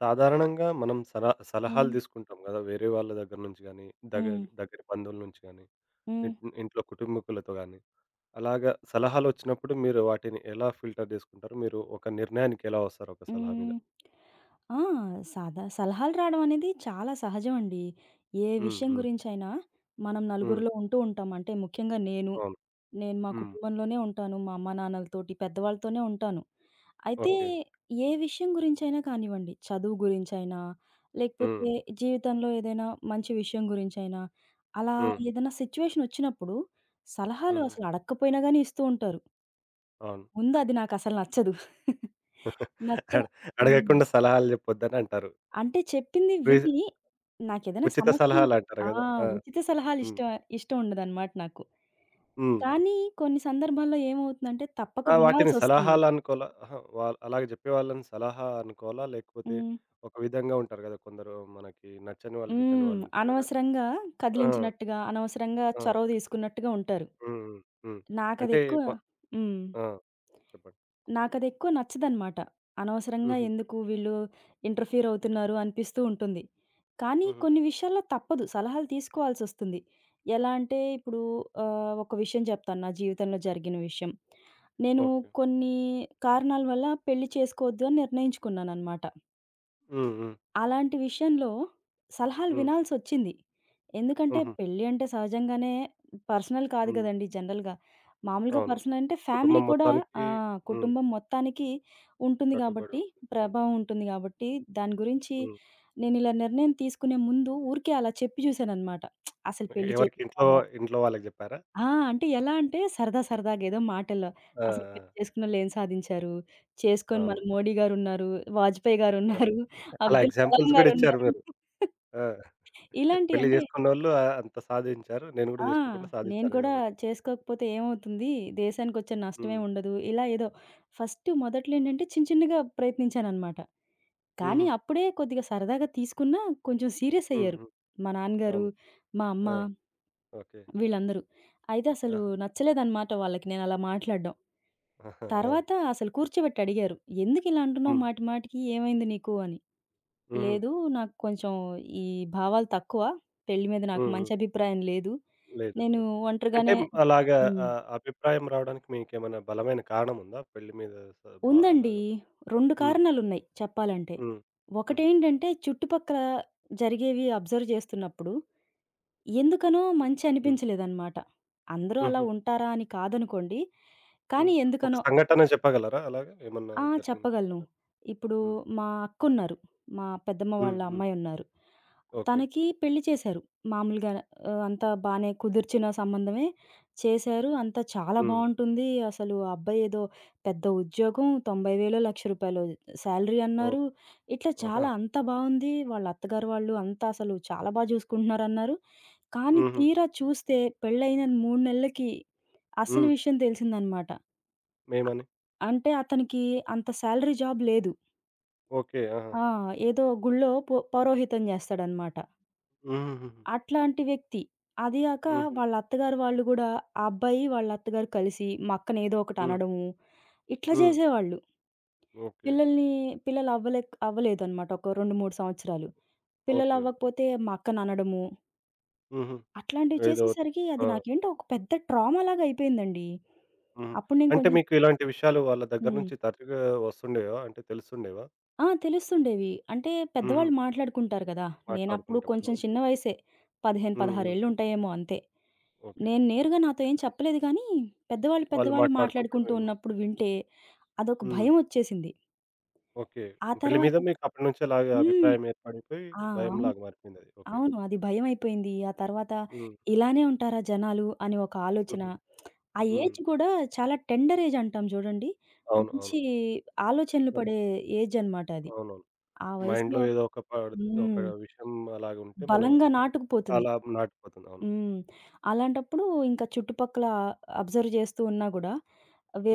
సాధారణంగా మనం సలహాలు హ్మ్. తీసుకుంటాం కదా! వేరే వాళ్ళ దగ్గర నుంచి గానీ, దగ హ్మ్. దగ్గరి బంధువుల నుంచి గానీ, హ్మ్. ఇంట్ ఇంట్లో కుటుంబీకులతో గానీ, అలాగా సలహాలొచ్చినప్పుడు మీరు వాటిని ఎలా ఫిల్టర్ చేసుకుంటారు? మీరు ఒక నిర్ణయానికి ఎలా వస్తారు ఒక సలహా మీద? హ్మ్. ఆ! సాదా సలహాలు రావడం అనేది చాలా సహజం అండి. ఏ హ్మ్. విషయం హ్మ్. గురించైనా మనం హ్మ్. నలుగురిలో ఉంటూ ఉంటాం. అంటే ముఖ్యంగా నేను, అవును. నేను మా హ్మ్. కుటుంబంలోనే ఉంటాను. మా అమ్మానాన్నలతోటి, పెద్దవాళ్ళతోనే ఉంటాను. అయితే ఓకే. ఏ విషయం గురించైనా కానివ్వండి, చదువు గురించైనా, హ్మ్. లేకపోతే జీవితంలో ఏదైనా మంచి విషయం గురించైనా, అలా హ్మ్. ఏదైనా సిట్యుయేషన్ వచ్చినప్పుడు సలహాలు హుహు. అసలు అడక్కపోయినా గాని ఇస్తూ ఉంటారు. అవును. ముందు అది నాకసలు నచ్చదు. నచ్చ అడ హ్మ్. అడగకుండా సలహాలు చెప్పొద్దని అంటారు. అంటే చెప్పింది ఫ్రీ విని నాకేదైనా ఉచిత సమస్య ఉంటే సలహాలంటారు ఆ! గదా! ఆ! ఉచిత సలహాలు హ్మ్. ఇష్టం ఇష్టం ఉండదనమాట నాకు. హ్మ్. కానీ కొన్ని సందర్భాల్లో ఏమవుతుందంటే తప్పక ఆ! వాటిని వినాల్సొస్తుంది. సలహాలు అనుకోలా. అహా! అలాగ చెప్పేవాళ్ళని సలహా అనుకోవాలా? లేకపోతే హ్మ్. ఒక విధంగా ఉంటారు గదా! కొందరు మనకి నచ్చని వాళ్ళు, గిట్టని హ్మ్. వాళ్ళుంటారు గదా! అనవసరంగా ఆ! కదిలించినట్టుగా, అనవసరంగా ఆ! చొరవ తీసుకున్నట్టుగా ఉంటారు. హ్మ్. హ్మ్. హ్మ్. అంటే నాకదెక్కువ మ హ్మ్. ఆ! చెప్పండి. నాకదెక్కువ నచ్చదనమాట. అనవసరంగా హుహు. ఎందుకు వీళ్ళు ఇంటర్‌ఫియర్ అవుతున్నారు అనిపిస్తూ ఉంటుంది. కానీ హుహు. కొన్ని విషయాల్లో తప్పదు. సలహాలు తీసుకోవాల్సొస్తుంది. ఎలా అంటే ఇప్పుడు ఒక విషయం చెప్తాను నా జీవితంలో జరిగిన విషయం. నేను ఓకే. కొన్ని కారణాల వల్ల పెళ్లి చేసుకోవద్దు అని నిర్ణయించుకున్నాననమాట. హ్మ్. హ్మ్. అలాంటి విషయంలో సలహాలు హ్మ్. వినాల్సొచ్చింది. ఎందుకంటే హుహు. పెళ్లి అంటే సహజంగానే పర్సనల్ కాదు హ్మ్. గదండీ జనరల్‌గా. మామూలుగా అవును. పర్సనల్ అంటే ఫ్యామిలీ కుటుంబం కూడా ఆ! మొత్తానికి హ్మ్. కుటుంబం మొత్తానికి ఉంటుంది కట్టుబడి గాబట్టి, ఉంటుంది. అవును. ప్రభావం ఉంటుంది గాబట్టి, దాని గురించి హ్మ్. నేనిలా నిర్ణయం తీసుకునే ముందు ఊరికే అలా చెప్పి జూసాననమాట. అసలు పెళ్లి ఎవరికి ఇంట్లో చేయాలా? ఇంట్లో వాళ్ళకి జెప్పారా? ఆ! అంటే ఎలా అంటే సరదా సరదాగా ఏదో మాటల్లో. ఆ! అసలు పెళ్లి చేసుకున్నోళ్ళు ఏం సాధించారు? ఆ! చేసుకొని మన అవును. మోడీ గారున్నారు, వాజ్పేయి గారున్నారు, అలా అబ్దుల్ కలాం ఎగ్జాంపుల్స్ గూడా ఇచ్చారు గారున్నారు. మీరు. ఆ! ఇలాంటియి పెళ్లి అంటే చేసుకున్నోళ్ళు అంత సాధించారు. నేను గూడా ఆ! జేసుకోకుండా నేను సాధిస్తాను ఏదో కూడా ఒకటి. చేసుకోకపోతే ఏమవుతుంది? దేశానికొచ్చే నష్టమేం హ్మ్. ఉండదు. ఇలా ఏదో ఫస్ట్ మొదట్లో ఏంటంటే చిన్న చిన్నగా ప్రయత్నించాననమాట. కానీ హుహు. అప్పుడే కొద్దిగా సరదాగా తీసుకున్నా కొంచెం సీరియస్ హ్మ్. అయ్యారు. హ్మ్. మా నాన్నగారు, అవును. మా ఆ! అమ్మ ఓకే. వీళ్ళందరూ. అయితే అసలు ఆహా! నచ్చలేదనమాట వాళ్ళకి నేనలా మాట్లాడడం. ఆహా! ఆ! తర్వాత అసలు కూర్చోబెట్టి అడిగారు. "ఎందుకిలా అంటున్నావు హ్మ్. మాటి మాటికి? ఏమైంది నీకు?" అని. హుహు. లేదు, నాకు కొంచెం ఈ భావాలు తక్కువ. పెళ్లి మీద నాకు హ్మ్. హ్మ్. మంచి అభిప్రాయం లేదు. లేదు. నేను ఓకే. ఒంటరిగానే అలాగా హ్మ్. అభిప్రాయం రావడానికి మీకేమైనా బలమైన కారణం ఉందా? పెళ్లి మీద స బా ఉందండి. అలాగా 2 హ్మ్. కారణాలున్నాయి చెప్పాలంటే. హ్మ్. హుహు. ఒకటేంటంటే చుట్టుపక్కల జరిగేవి అబ్జర్వ్ చేస్తున్నప్పుడు ఎందుకనో మంచి హ్మ్. అనిపించలేదన్నమాట. అందరూ అలా హుహు. ఉంటారా అని కాదనుకోండి. కానీ హ్మ్. ఒక ఎందుకనో సంఘటన చెప్పగలరా అలాగా? ఏమన్నా జరిగిన చెప్పగలను. సంఘటన? ఇప్పుడు హ్మ్. మా అక్కున్నారు. మా పెద్దమ్మ హ్మ్. వాళ్ళ హ్మ్. అమ్మాయున్నారు. ఓకే. తనకి పెళ్లి చేశారు. మామూలుగా అంతా బానే కుదిర్చిన సంబంధమే చేశారు. అంతా చాలా హ్మ్. బావుంటుంది. అసలు ఆ అబ్బాయి ఏదో పెద్ద ఉద్యోగం. 90,000 రూ. 1,00,000 శాలరీ అన్నారు. ఓకే. ఇట్లా ఆహా! చాలా అంతా బావుంది. వాళ్ళ అత్తగారు వాళ్ళు అంతా అసలు చాలా బా చూసుకుంటున్నారన్నారు. కానీ హుహు. తీరా చూస్తే పెళ్లయిన 3 నెలలకి అసలు హ్మ్. విషయం తెలిసిందనమాట. ఏమని? అంటే అతనికి అంత సాలరీ జాబ్ లేదు. ఓకే. ఆహా! ఆ! ఏదో గుళ్ళో పౌరోహిత్యం జేస్తాడనమాట. హుహుహుహు. అట్లాంటి వ్యక్తి. అది గాక హుహు. వాళ్ళ అత్తగారు వాళ్ళు గూడా ఆ అబ్బాయి, వాళ్ళ అత్తగారు కలిసి మా అక్కనేదో హ్మ్. ఒకటనడము, ఇట్లా హ్మ్. జేసేవాళ్ళు. ఓకే. పిల్లల్ని పిల్లలవ్వలే అవ్వలేదనమాట. ఒక 2, 3 సంవత్సరాలు. ఓకే. ఓకే. పిల్లలవ్వకపోతే మా అక్కననడము, హుహు. అట్లాంటివి ఏదో చేసేసరికి అది ఆ! నాకేంటో ఒక పెద్ద ట్రామాలాగా అయిపోయిందండి. హుహు. అప్పుడు నేను అంటే కొంచెం మీకు ఇలాంటి విషయాలు వాళ్ళ దగ్గర హ్మ్. నుంచి తరచుగా వస్తుండేవా? అంటే తెలుసుండేవా? ఆ! తెలుస్తుండేవి. అంటే హుహు. పెద్దవాళ్ళు మాట్లాడుకుంటారు గదా! నేనప్పుడు మాట్లాడుకునేటప్పుడు. కొంచెం చిన్న ఓకే. వయసే. 15, హ్మ్. 16 హ్మ్. హ్మ్. ఏళ్లుంటాయేమో అంతే. ఓకే. నేను నేరుగా నాతో ఏం చెప్పలేదు గానీ, పెద్దవాళ్ళు వాళ్ళు పెద్దవాళ్ళు మాట్లాడుకుంటే మాట్లాడుకుంటూ విన్ ఉన్నప్పుడు వింటే అదొక హ్మ్. భయమొచ్చేసింది. ఓకే. ఆ పెళ్లి తర్వాత మీద మీకు అప్పటి నుంచి అలాగే హ్మ్. అభిప్రాయం ఏర్పడిపోయి ఆ! అవును. భయంలాగా మారిపోయిందది. ఓకే. అవును, అది భయమైపోయింది. ఆ తర్వాత హ్మ్. ఇలానే ఉంటారా జనాలు అని ఒక ఆలోచన. హుహు. ఆ హ్మ్. ఏజ్ గూడా చాలా టెండర్ ఏజ్ అంటాం జూడండి. అవును. అవును. మంచి ఆలోచనలు పడే ఏజ్ అన్నమాట అది. అవునవును. ఆ మైండ్‌లో వయసులో ఏదో ఒక పడ్ ఒక హ్మ్. విషయం అలాగుంటే మనం బలంగా నాటుకుపోతుంది. చాలా నాటుకుపోతుంది. అవును. హ్మ్. అలాంటప్పుడు ఇంకా చుట్టుపక్కల అబ్జర్వ్ చేస్తూ ఉన్నా గూడా,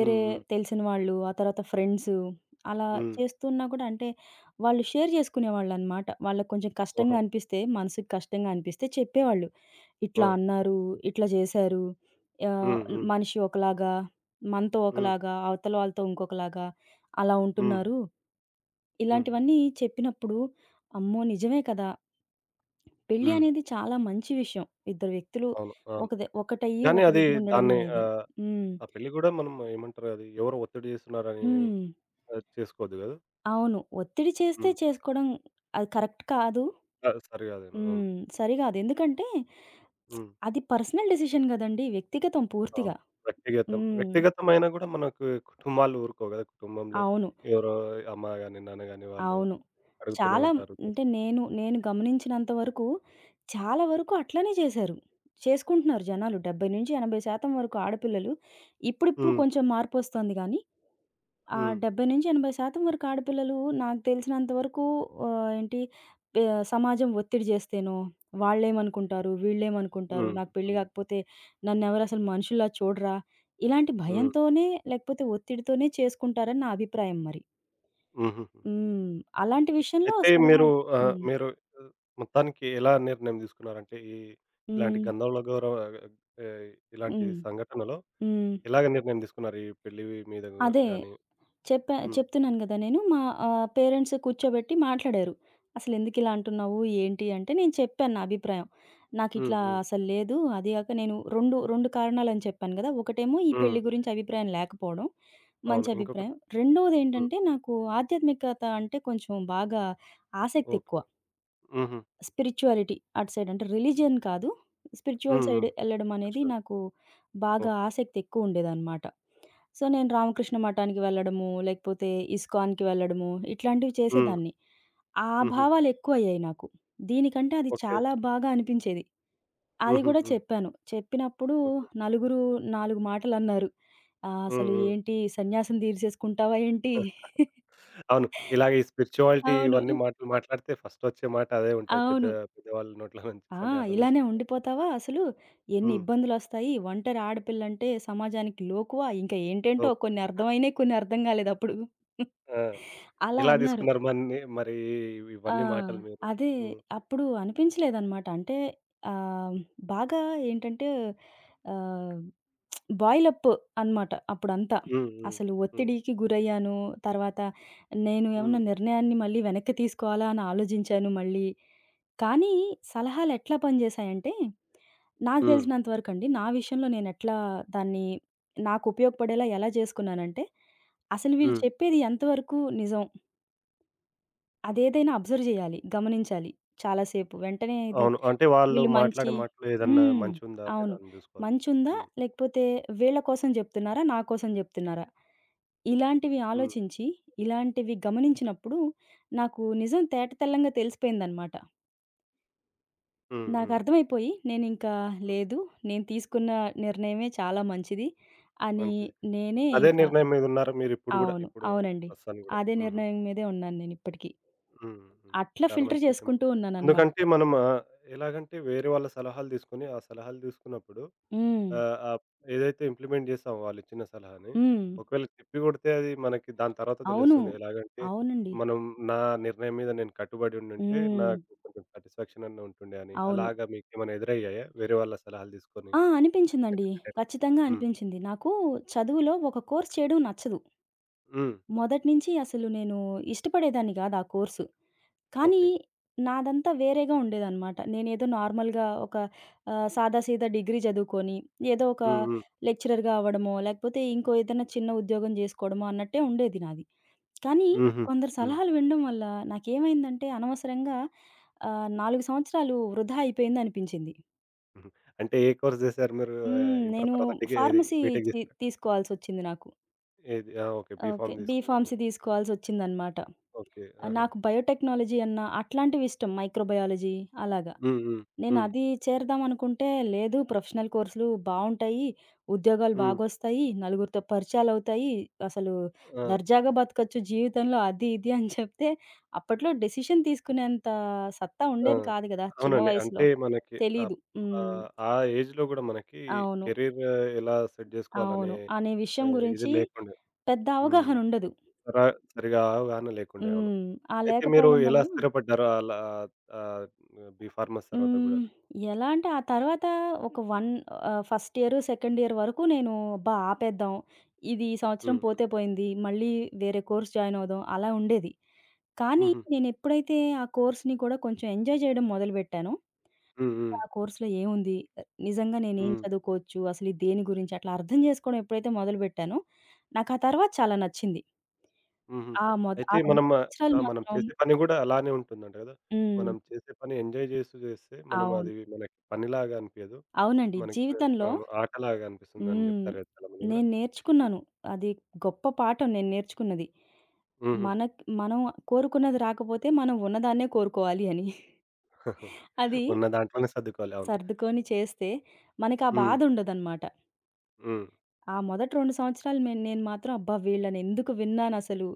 హ్మ్. హ్మ్. తెలిసిన వాళ్ళు, ఆ తర్వాత ఫ్రెండ్సు అలా హ్మ్. చేస్తున్నా కూడా అంటే, వాళ్ళు షేర్ చేసుకునేవాళ్ళనమాట. వాళ్ళకి కొంచెం కష్టంగా ఓహో! అనిపిస్తే, మనసుకి కష్టంగా అనిపిస్తే చెప్పేవాళ్ళు. ఆ! "ఇట్లా అన్నారు, ఇట్లా చేశారు. ఆహ్, హ్మ్. హ్మ్. మనిషి ఒకలాగా, మనతో హ్మ్. ఒకలాగా, అవతల వాళ్ళతో ఇంకొకలాగా అలా హ్మ్. ఉంటున్నారు." హుహు. ఇలాంటివన్నీ చెప్పినప్పుడు, అమ్మో! నిజమే కదా! పెళ్లి హ్మ్. అనేది చాలా మంచి విషయం. ఇద్దరు వ్యక్తులు అవును. అవును. ఒక ద ఒకటయ్యి కానీ ఒక అది దగ్గర ఉండడం దాన్ని అనేది. హ్మ్. ఆ పెళ్లి గూడా మనం ఏమంటారు అది ఎవరో ఒత్తిడి చేస్తున్నారని హ్మ్. చేసుకోవద్దు గదా! అవును, ఒత్తిడి చేస్తే హ్మ్. చేసుకోవడం అది కరెక్ట్ కాదు. సరిగాదేమో. అవును. సరిగాదు. ఎందుకంటే హ్మ్. అది పర్సనల్ డెసిషన్ గదండీ! వ్యక్తిగతం అవును. పూర్తిగా. వ్యక్తిగతం. హ్మ్. వ్యక్తిగతమైనా గూడా మనకు కుటుంబాలు ఊరుకోవు గదా! కుటుంబంలో అవును. ఎవరో అమ్మ గాని, నాన్న గాని వాళ్ళు అవును. అడుగుతూనే చాలా ఉంటారు. అంటే చేస్తూ ఉంటారు. నేను గమనించినంత వరకు చాలా వరకు అట్లనే చేశారు. చేసుకుంటున్నారు జనాలు 70-80% వరకు ఆడపిల్లలు. ఇప్పుడిప్పుడు హ్మ్. కొంచెం మార్పొస్తోంది గానీ ఆ! హ్మ్. 70-80% వరకు ఆడపిల్లలు నాకు తెలిసినంత వరకు ఆహ్, ఏంటి పే సమాజం ఒత్తిడి జేస్తేనో, వాళ్ళేమనుకుంటారు, వీళ్ళేమనుకుంటారు, హ్మ్. నాకు పెళ్లి హ్మ్. గాకపోతే నన్నెవరసలు మనుషుల్లా చూడరా, ఇలాంటి హ్మ్. భయంతోనే లేకపోతే ఒత్తిడితోనే చేసుకుంటారని నా అభిప్రాయం మరి. హుహు. హ్మ్. అలాంటి విషయంలో అయితే మీరు సలహాలు ఆహ్, హ్మ్. మీరు ఆహ్, మొత్తానికి ఎలా నిర్ణయం తీసుకున్నారంటే, ఈ ఇలాంటి హ్మ్. గంధర్వుల గౌరవ ఆహ్, ఇలాంటి హ్మ్. సంఘటనలో హ్మ్. ఎలాగ నిర్ణయం తీసుకున్నారు? ఈ పెళ్లి మీద అదే. గాని హ్మ్. చెప్తున్నాను గదా! నేను మా పేరెంట్స్ కూర్చోబెట్టి మాట్లాడారు. "అసలెందుకిలా అంటున్నావు? ఏంటి?" అంటే నేను చెప్పాను నా అభిప్రాయం. హ్మ్. "నాకిట్లా హ్మ్. అసలు లేదు. అది గాక నేను 2, 2 కారణాలని చెప్పాను గదా! ఒకటేమో ఈ హ్మ్. పెళ్లి గురించి అభిప్రాయం లేకపోవడం, అవును. మంచి ఇంకొకటి అభిప్రాయం. హ్మ్. రెండోదేంటంటే నాకు ఆధ్యాత్మికత అంటే కొంచెం బాగా ఆసక్తి ఎక్కువ. ఓకే. హుహు. స్పిరిచ్యుయాలిటీ అటు సైడ్ అంటే రిలీజియన్ కాదు. స్పిరిచ్యువల్ హ్మ్. సైడ్ హ్మ్. ఎళ్ళడం అనేది రిచువల్. నాకు బాగా ఓకే. ఆసక్తి ఎక్కువుండేదనమాట. సో, నేను రామకృష్ణ మఠానికి వెళ్ళడము, లేకపోతే ఇస్కాన్‌కి వెళ్ళడము ఇట్లాంటివి హ్మ్. చేసేదాన్ని. ఆ హుహు. భావాలు ఎక్కువయ్యాయి నాకు. దీనికంటే అది ఓకే. చాలా బాగా అనిపించేది. అది హుహు. గూడా హ్మ్. చెప్పాను. చెప్పినప్పుడు ఓకే. నలుగురు 4 మాటలన్నారు. హ్మ్. "అసలు హ్మ్. ఏంటి సన్యాసం తీర్సేసుకుంటావా ఏంటి?" అవును. ఇలాగ ఈ స్పిరిచువాలిటీ అవును. ఇవన్నీ మాటలు మాట్లాడితే ఫస్ట్ వచ్చే మాట అదే ఉంటది. అవును. పెద్దవాళ్ళ నోట్ల నుంచి ఆ! సన్యాసం ఇలానే తీసుకుంటారు. ఉండిపోతావా అసలు ఎన్ని హ్మ్. ఇబ్బందులొస్తాయి. ఒంటరి ఆడపిల్లంటే సమాజానికి లోకువ. ఇంకా ఏంటేంటో ఓకే. కొన్ని అర్థమైనయి, కొన్ని అర్థం గాలేదప్పుడు. ఆ! అలా ఎలా అన్నారు. తీసుకున్నారు మన్ని మరి ఆ! ఇవన్నీ మాటలు మీరు? అదే. హ్మ్. అప్పుడు అనిపించలేదనమాట. అంటే ఆహ్, బాగా ఏంటంటే ఆహ్, బాయిల్ అప్ అనమాట అప్పుడంతా. హ్మ్. హ్మ్. అసలు హ్మ్. ఒత్తిడికి గురయ్యాను. తర్వాత నేను ఏమన్నా హ్మ్. నిర్ణయాన్ని మళ్ళీ వెనక్కి తీసుకోవాలా అని ఆలోచించాను మళ్ళీ. కానీ సలహాలు ఎట్లా పనిచేశాయంటే, నాకు హ్మ్. తెలిసినంత వరకండి నా విషయంలో నేనెట్లా దాన్ని నాకు ఉపయోగపడేలా ఎలా చేసుకున్నానంటే, అసలు వీళ్ళు హ్మ్. చెప్పేది ఎంతవరకు నిజం? అదేదైనా అబ్జర్వ్ జేయాలి. గమనించాలి చాలాసేపు. వెంటనే ఇది అవును. అంటే వాళ్ళు వీళ్ళు మంచి మాట్లాడే మాటలు ఏదన్నా హ్మ్. మంచిగుందా లేదా అవును. అని జూసుకోవాలి. మంచుందా? హ్మ్. లేకపోతే వీళ్ళ కోసం జెప్తున్నారా? నా కోసం జెప్తున్నారా? ఇలాంటివి హ్మ్. ఆలోచించి, ఇలాంటివి గమనించినప్పుడు నాకు నిజం తేట తెల్లంగా తెలిసిపోయిందనమాట. హ్మ్. హ్మ్. నాకర్థమైపోయి నేనింకా హ్మ్. లేదు. నేను తీసుకున్న నిర్ణయమే చాలా మంచిది అని మంచిది. నేనే అదే ఇంకా నిర్ణయం మీదున్నారా మీరిప్పుడు గూడా? అవును. ఇప్పుడు కూడా, ఇప్పుడు అవునండి, ప్రస్తుతానికి గూడా. అదే హుహు. నిర్ణయం మీదే ఉన్నాను నేనిప్పటికి. హ్మ్. హ్మ్. అట్లా చాలా ఫిల్టర్ మంచి విషయం అది. చేసుకుంటూ ఉన్నాననమాట. ఎందుకంటే మనం ఎలాగంటే వేరే వాళ్ళ సలహాలు తీసుకొని, ఆ సలహాలు తీసుకున్నప్పుడు హ్మ్. ఆహ్, ఆహ్, ఏదైతే ఇంప్లిమెంట్ చేసామో వాళ్ళిచ్చిన సలహాని, హ్మ్. ఒకవేళ తిప్పి కొడితే అది మనకి దాని తర్వాత అవును. తెలుస్తుంది. ఎలాగంటే, అవునండి. మనం నా నిర్ణయం మీద నేను కట్టుబడి ఉండుంటే, హ్మ్. నాకు కొంచెం సాటిస్ఫాక్షన్ అన్నా ఉంటుండే అని. అవును. అలాగా మీకేమైనా ఎదురయ్యాయా? వేరే వాళ్ళ సలహాలు తీసుకొని అనిపించిందండి. రిటర్న్? ఖచ్చితంగా హ్మ్. అనిపించింది. నాకు చదువులో ఒక కోర్స్ చేయడం నచ్చదు. హ్మ్. మొదటి నుంచి అసలు నేను ఇష్టపడేదాన్ని గాదు ఆ కోర్సు. కానీ ఓకే. నాదంతా వేరేగా ఉండేదనమాట. నేనేదో నార్మల్‌గా ఒక సాదాసీదా డిగ్రీ చదువుకొని, ఏదో ఒక హ్మ్. హ్మ్. లెక్చరర్‌గా అవ్వడమో, లేకపోతే ఇంకో ఏదైనా చిన్న ఉద్యోగం జేసుకోవడమో అన్నట్టే ఉండేది నాది. కానీ హుహు. కొందరి హ్మ్. సలహాలు వినడం వల్ల నాకేమైందంటే అనవసరంగా 4 సంవత్సరాలు వృధా అయిపోయిందనిపించింది. హుహు. అంటే ఏ కోర్స్ చేశారు మీరు ఇంటర్ నేను తర్వాత డిగ్రీ ఏది ఫార్మసీ బీటెక్ చేసారా? తీసుకోవాల్సొచ్చింది నాకు. ఏది? ఆ! ఓకే. ఓకే, బీఫార్మ్ తీసుకున్నారేమో. బీఫార్మసీ తీసుకోవాల్సొచ్చిందనమాట. ఓకే. ఆహా! నాకు బయోటెక్నాలజీ అన్న అట్లాంటివి ఇష్టం. మైక్రోబయాలజీ అలాగా. హ్మ్. హ్మ్. నేను హ్మ్. అది చేరదామనుకుంటే, లేదు ప్రొఫెషనల్ కోర్సులు బావుంటాయి, ఉద్యోగాలు హ్మ్. బాగొస్తాయి, నలుగురితో పరిచయాలవుతాయి, అసలు ఆ! దర్జాగా బతకచ్చు జీవితంలో అది ఇది అని చెప్తే, అప్పట్లో డెసిషన్ తీసుకునేంత సత్తా ఆ! ఉండేది కాదు గదా! చిన్న అవునండి. వయసులో. అంటే మనకి ఆహ్, తెలీదు. ఆహ్, ఆ ఏజ్‌లో గూడా మనకి అవును. కెరీర్ ఎలా సెట్ అవును. జేసుకోవాలనే అనే విషయం ఇది గురించి లేకుండే. పెద్ద హ్మ్. అవగాహన ఉండదు. సరా సరిగా అవగాహన లేకుండే. అవును. హ్మ్. ఆ అయితే మీరు లేకపోవడం ఎలా వల్ల స్థిరపడ్డారు? అలా ఆహ్, బీఫార్మసీ తర్వాత గూడా? హ్మ్. ఎలా అంటే ఆ తర్వాత ఒక 1 ఫస్ట్ ఇయర్, సెకండ్ ఇయర్ వరకు నేను అబ్బా! ఆపేద్దాం. ఇది ఈ సంవత్సరం హ్మ్. పోతే పోయింది. మళ్ళీ వేరే కోర్స్ జాయిన్ అవుదాం అలా ఉండేది. కానీ హుహు. నేను ఎప్పుడైతే ఆ కోర్స్‌ని కూడా కొంచెం ఎంజాయ్ చేయడం మొదలుపెట్టానో, హ్మ్. హ్మ్. ఆ కోర్స్‌లో ఏముంది? నిజంగా నేనేం హ్మ్. చదువుకోవచ్చు? అసలు ఇది దేని గురించి? అట్లా అర్థం చేసుకోవడం ఎప్పుడైతే మొదలుపెట్టానో, నాకు ఆ తర్వాత చాలా నచ్చింది. హుహు. ఆ అయితే 2 మనం సంవత్సరాలు మనం మాత్రం చేసే పని గూడా అలానే ఉంటుందంట గదా! హ్మ్. మనం చేసే పని ఎంజాయ్ జేస్తూ జేస్తే మనం అవును. అది మనకి పనిలాగా అనిపియదు. అవునండి. మనకి జీవితంలో అవును. ఆటలాగా అనిపిస్తుందని హ్మ్. జెప్తారు గదా! చాలామంది గూడా. నేను నేర్చుకున్నాను. అది గొప్ప పాఠం నేను నేర్చుకున్నది. హుహు. మనం కోరుకున్నది రాకపోతే మనం ఉన్నదాన్నే కోరుకోవాలి అని. అది ఉన్న దాంట్లోనే సర్దుకోవాలి. అవును. సర్దుకొని చేస్తే మనకి ఆ హ్మ్. బాధ ఉండదనమాట. హ్మ్. ఆ మొదటి 2 సంవత్సరాలు నేను మాత్రం అబ్బా! వీళ్ళని ఎందుకు విన్నానసలు?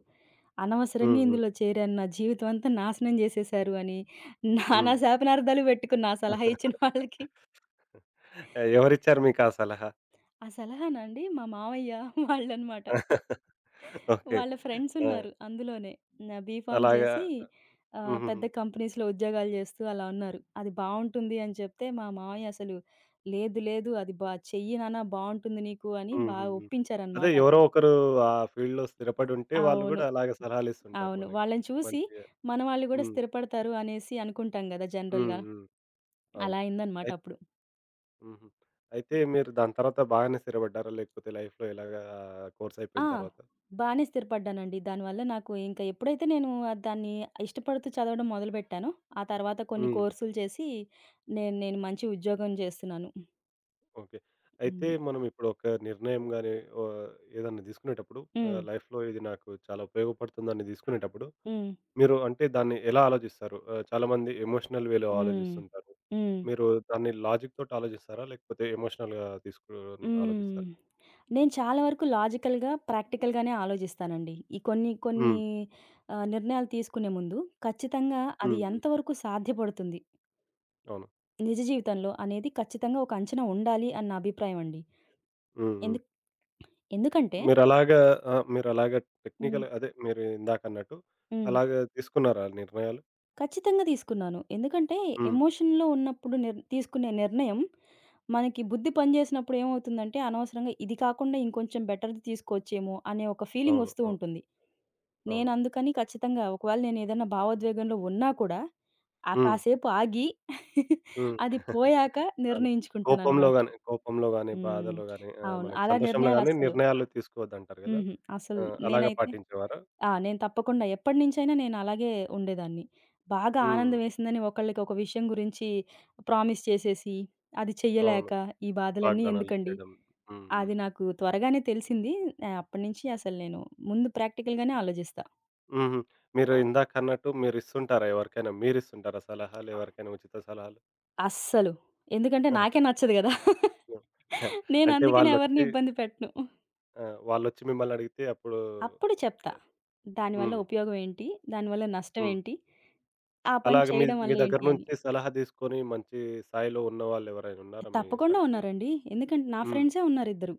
అనవసరంగా హ్మ్. హ్మ్. ఇందులో చేరాను. నా జీవితం అంతా నాశనం చేసేశారు అని నానా హ్మ్. శాపనార్థాలు పెట్టుకున్న ఆ సలహా ఇచ్చిన వాళ్ళకి. ఎవరిచ్చారు మీకా సలహా? ఆ సలహానండి మా మామయ్య వాళ్ళనమాట. ఓకే. వాళ్ళ ఆ! ఫ్రెండ్సున్నారు అందులోనే. నా బీఫార్మ్ అలాగా చేసి హుహుహు. పెద్ద కంపెనీస్‌లో ఉద్యోగాలు చేస్తూ అలా ఉన్నారు. అది బావుంటుంది అని చెప్తే మా మామయ్య అసలు లేదు లేదు అది బా చెయ్యి నాన్న బావుంటుంది నీకు అని బాగా హుహుహు. అదే ఒప్పించారనమాట ఎవరో అప్పుడు. ఒకరు ఆ ఫీల్డ్‌లో స్థిరపడుంటే వాళ్ళు అవును. గూడా అలాగే సలహాలిస్తుంటారు అవును, మనకి. వాళ్ళని చూసి మంచిగా. మన వాళ్ళు కూడా హ్మ్. స్థిరపడతారు అనేసి అనుకుంటాం గదా! హ్మ్. జనరల్‌గా. హ్మ్. అవును. అలా అయిందనమాట అయి అప్పుడు. హుహు. అయితే మీరు దాని తర్వాత బాగానే స్థిరపడ్డారా? లేకపోతే లైఫ్‌లో ఇలాగా కోర్స్ ఆ! అయిపోయిన తర్వాత? బానే స్థిరపడ్డానండి. దానివల్ల నాకు ఇంకా ఎప్పుడైతే నేను దాన్ని ఇష్టపడుతూ చదవడం మొదలుపెట్టానో, ఆ తర్వాత కొన్ని హ్మ్. కోర్సులు చేసి నేను నేను మంచి ఉద్యోగం చేస్తున్నాను. ఓకే. అయితే హ్మ్. మనం ఇప్పుడు ఒక నిర్ణయం గాని ఆహ్, ఏదన్నా తీసుకునేటప్పుడు హ్మ్. లైఫ్‌లో ఇది నాకు చాలా ఉపయోగపడుతుందని తీసుకునేటప్పుడు హ్మ్. మీరు అంటే దాన్ని ఎలా ఆలోచిస్తారు? చాలామంది ఎమోషనల్ వేలో హ్మ్. ఆలోచిస్తుంటారు. హ్మ్. మీరు దాన్ని లాజిక్ తోటి ఆలోచిస్తారా? లేకపోతే ఎమోషనల్‌గా తీసుకొని హ్మ్. ఆలోచిస్తారా? నేను చాలా వరకు లాజికల్‌గా, ప్రాక్టికల్‌గానే ఆలోచిస్తానండి. ఈ కొన్ని కొన్ని హ్మ్. నిర్ణయాలు తీసుకునే ముందు ఖచ్చితంగా అది హ్మ్. హ్మ్. ఎంతవరకు సాధ్యపడుతుంది అవును. నిజ జీవితంలో అనేది ఖచ్చితంగా ఒక అంచనా ఉండాలి అని నా అభిప్రాయం అండి. హ్మ్. హ్మ్. ఎందు ఎందుకంటే మీరలాగా ఆ! మీరలాగా హ్మ్. టెక్నికల్ అదే మీరు ఇందాకన్నట్టు హ్మ్. అలాగా తీసుకున్నారా నిర్ణయాలు? ఖచ్చితంగా తీసుకున్నాను. ఎందుకంటే, హ్మ్. ఎమోషన్‌లో ఉన్నప్పుడు తీసుకునే నిర్ణయం, మనకి బుద్ధి పనిచేసినప్పుడు ఏమవుతుందంటే, అనవసరంగా ఇది కాకుండా ఇంకొంచెం బెటర్‌ది తీసుకోవచ్చేమో అనే ఒక ఫీలింగ్ అవును. వస్తూ అవును. ఉంటుంది. నేను అవును. అందుకని ఖచ్చితంగా ఒకవేళ నేను ఏదైనా భావోద్వేగంలో ఉన్నా కూడా, ఆ హ్మ్. కాసేపు ఆగి హ్మ్. అది పోయాక అవును. నిర్ణయించుకుంటాననమాట. కోపంలో గాని, హ్మ్. బాధలో గాని, అవును. మనకి అలా సంతోషంలో నిర్ణయాలు గాని అస్సలు నిర్ణయాలు తీసుకోవద్దంటారు గదా! హుహు. అసలు ఆ! అలాగా నేనైతే పాటించేవారా? నేను తప్పకుండా ఎప్పటినుంచైనా నేను అలాగే ఉండేదాన్ని. బాగా హ్మ్. ఆనందం వేసిందని ఒకళ్ళకి ఒక విషయం గురించి ప్రామిస్ చేసేసి, అది అవును. చెయ్యలేక ఈ బాధలన్నీ వాగ్దానాలు ఎందుకండి? చేయడం. హ్మ్. హ్మ్. అది నాకు త్వరగానే తెలిసింది. అప్పటినుంచి అసలు నేను ముందు ప్రాక్టికల్‌గానే ఆలోచిస్తా. హుహు. మీరు ఇందాకన్నట్టు మీరిస్తుంటారా ఎవరికైనా? మీరిస్తుంటారా సలహాలు ఎవరికైనా ఉచిత సలహాలు? అస్సలు. ఎందుకంటే నాకే నచ్చదు గదా! హ్మ్. నేను అంటే అందుకనే ఎవరిని వాళ్ళొచ్చి ఇబ్బంది పెట్టను. ఆ! వాళ్ళొచ్చి మిమ్మల్నడిగితే అప్పుడు అప్పుడు చెప్తా. ఆహ్, దానివల్ల హ్మ్. ఉపయోగం ఏంటి? దానివల్ల నష్టం హ్మ్. ఏంటి? ఆ పని అలాగే మీ చేయడం మీ వల్ల దగ్గర ఏంటి అని. నుంచి సలహా తీసుకొని మంచి స్థాయిలో ఉన్నవాళ్ళెవరైనా ఉన్నారా మీ తప్పకుండా సర్కిల్‌లో? ఉన్నారండి. ఎందుకంటే నా హ్మ్. ఫ్రెండ్సే ఉన్నారిద్దరు.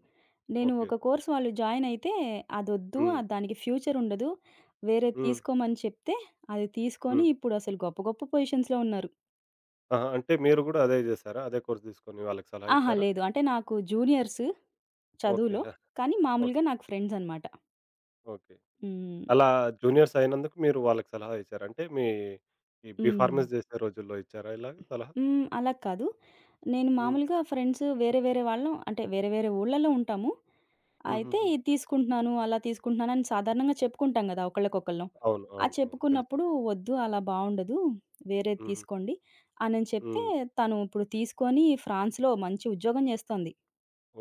నేను ఓకే. ఒక కోర్స్ వాళ్ళు జాయిన్ అయితే అదొద్దు. హ్మ్. దానికి ఫ్యూచర్ ఉండదు. వేరేది హ్మ్. తీసుకోమని చెప్తే అది తీసుకొని హ్మ్. ఇప్పుడు అసలు గొప్ప గొప్ప పొజిషన్స్‌లో ఉన్నారు. ఆహా! అంటే మీరు గూడా అదే జేసారా? అదే కోర్స్ తీసుకొని వాళ్ళకి సలహా అహా! ఇచ్చారా? లేదు. అంటే నాకు జూనియర్స్ ఓకే. చదువులో. ఆ! కానీ మామూలుగా ఓకే. నాకు ఫ్రెండ్స్ అనమాట. ఓకే. హ్మ్. అలా జూనియర్స్ అయినందుకు మీరు వాళ్ళకి సలహా ఇచ్చారు. అంటే మీ ఈ హ్మ్. బీఫార్మసీ జేసే రోజుల్లో ఇచ్చారా ఇలాగ సలహా? హ్మ్. అలా కాదు. నేను హ్మ్. మామూలుగా ఫ్రెండ్స్ వేరే వేరే వాళ్ళం అంటే వేరే వేరే ఊర్లలో ఉంటాము. అయితే హుహుహు. ఇది తీసుకుంటున్నాను, అలా తీసుకుంటున్నాను అని సాధారణంగా చెప్పుకుంటాం గదా! ఒకళ్ళకొకళ్ళం. అవును. ఆ అవును. అవును. తెలుసు. చెప్పుకున్నప్పుడు వద్దు అలా బావుండదు. వేరేది హుహు. తీసుకోండి అనని చెప్తే హ్మ్. తను ఇప్పుడు తీసుకొని ఫ్రాన్స్‌లో మంచి ఉద్యోగం జేస్తోంది.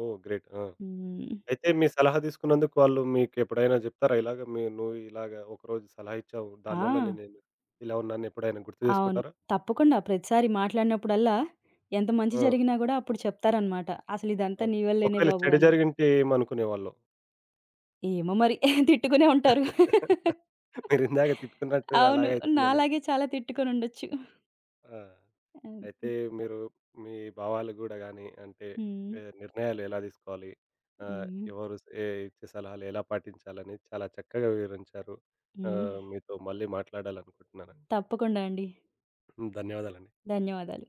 ఓహ్! గ్రేట్. ఆ! హ్మ్. అయితే మీ సలహా తీసుకున్నందుకు వాళ్ళు మీకెప్పుడైనా జెప్తారా? ఇలాగ నువ్వు ఇలాగ ఒకరోజు సలహా ఇచ్చావు. ఆ! దానివల్ల నేను ఇలా ఉన్నానని ఎప్పుడైనా గుర్తు అవును, జేసుకుంటారా? తప్పకుండా ప్రతిసారి మాట్లాడినప్పుడల్లా ఎంత మంచి ఆ! జరిగినా గూడా అప్పుడు చెప్తారనమాట. అసలు ఇదంతా అవును. నీ వల్లేనే ఒకవేళ బాబు చెడు అని. జరిగింటే ఏమనుకునేవాళ్ళో? ఏమో మరి తిట్టుకునే ఉంటారు. మీరిందాక తిట్టుకున్నట్టు అవును, అలాగే అయితుందేమో. నాలాగే చాలా తిట్టుకొనుండొచ్చు. ఆ! హ్మ్. అయితే మీరు మీ భావాలు గూడా గానీ, అంటే హ్మ్. ఏ నిర్ణయాలు ఎలా తీసుకోవాలి? ఆహ్, హ్మ్. ఎవరు స్ ఏ ఇచ్చే సలహాలు ఎలా పాటించాలని చాలా చక్కగా వివరించారు. హ్మ్. మీతో మళ్ళీ మాట్లాడాలనుకుంటున్నానండి. తప్పకుండా అండి. ధన్యవాదాలండి. ధన్యవాదాలు.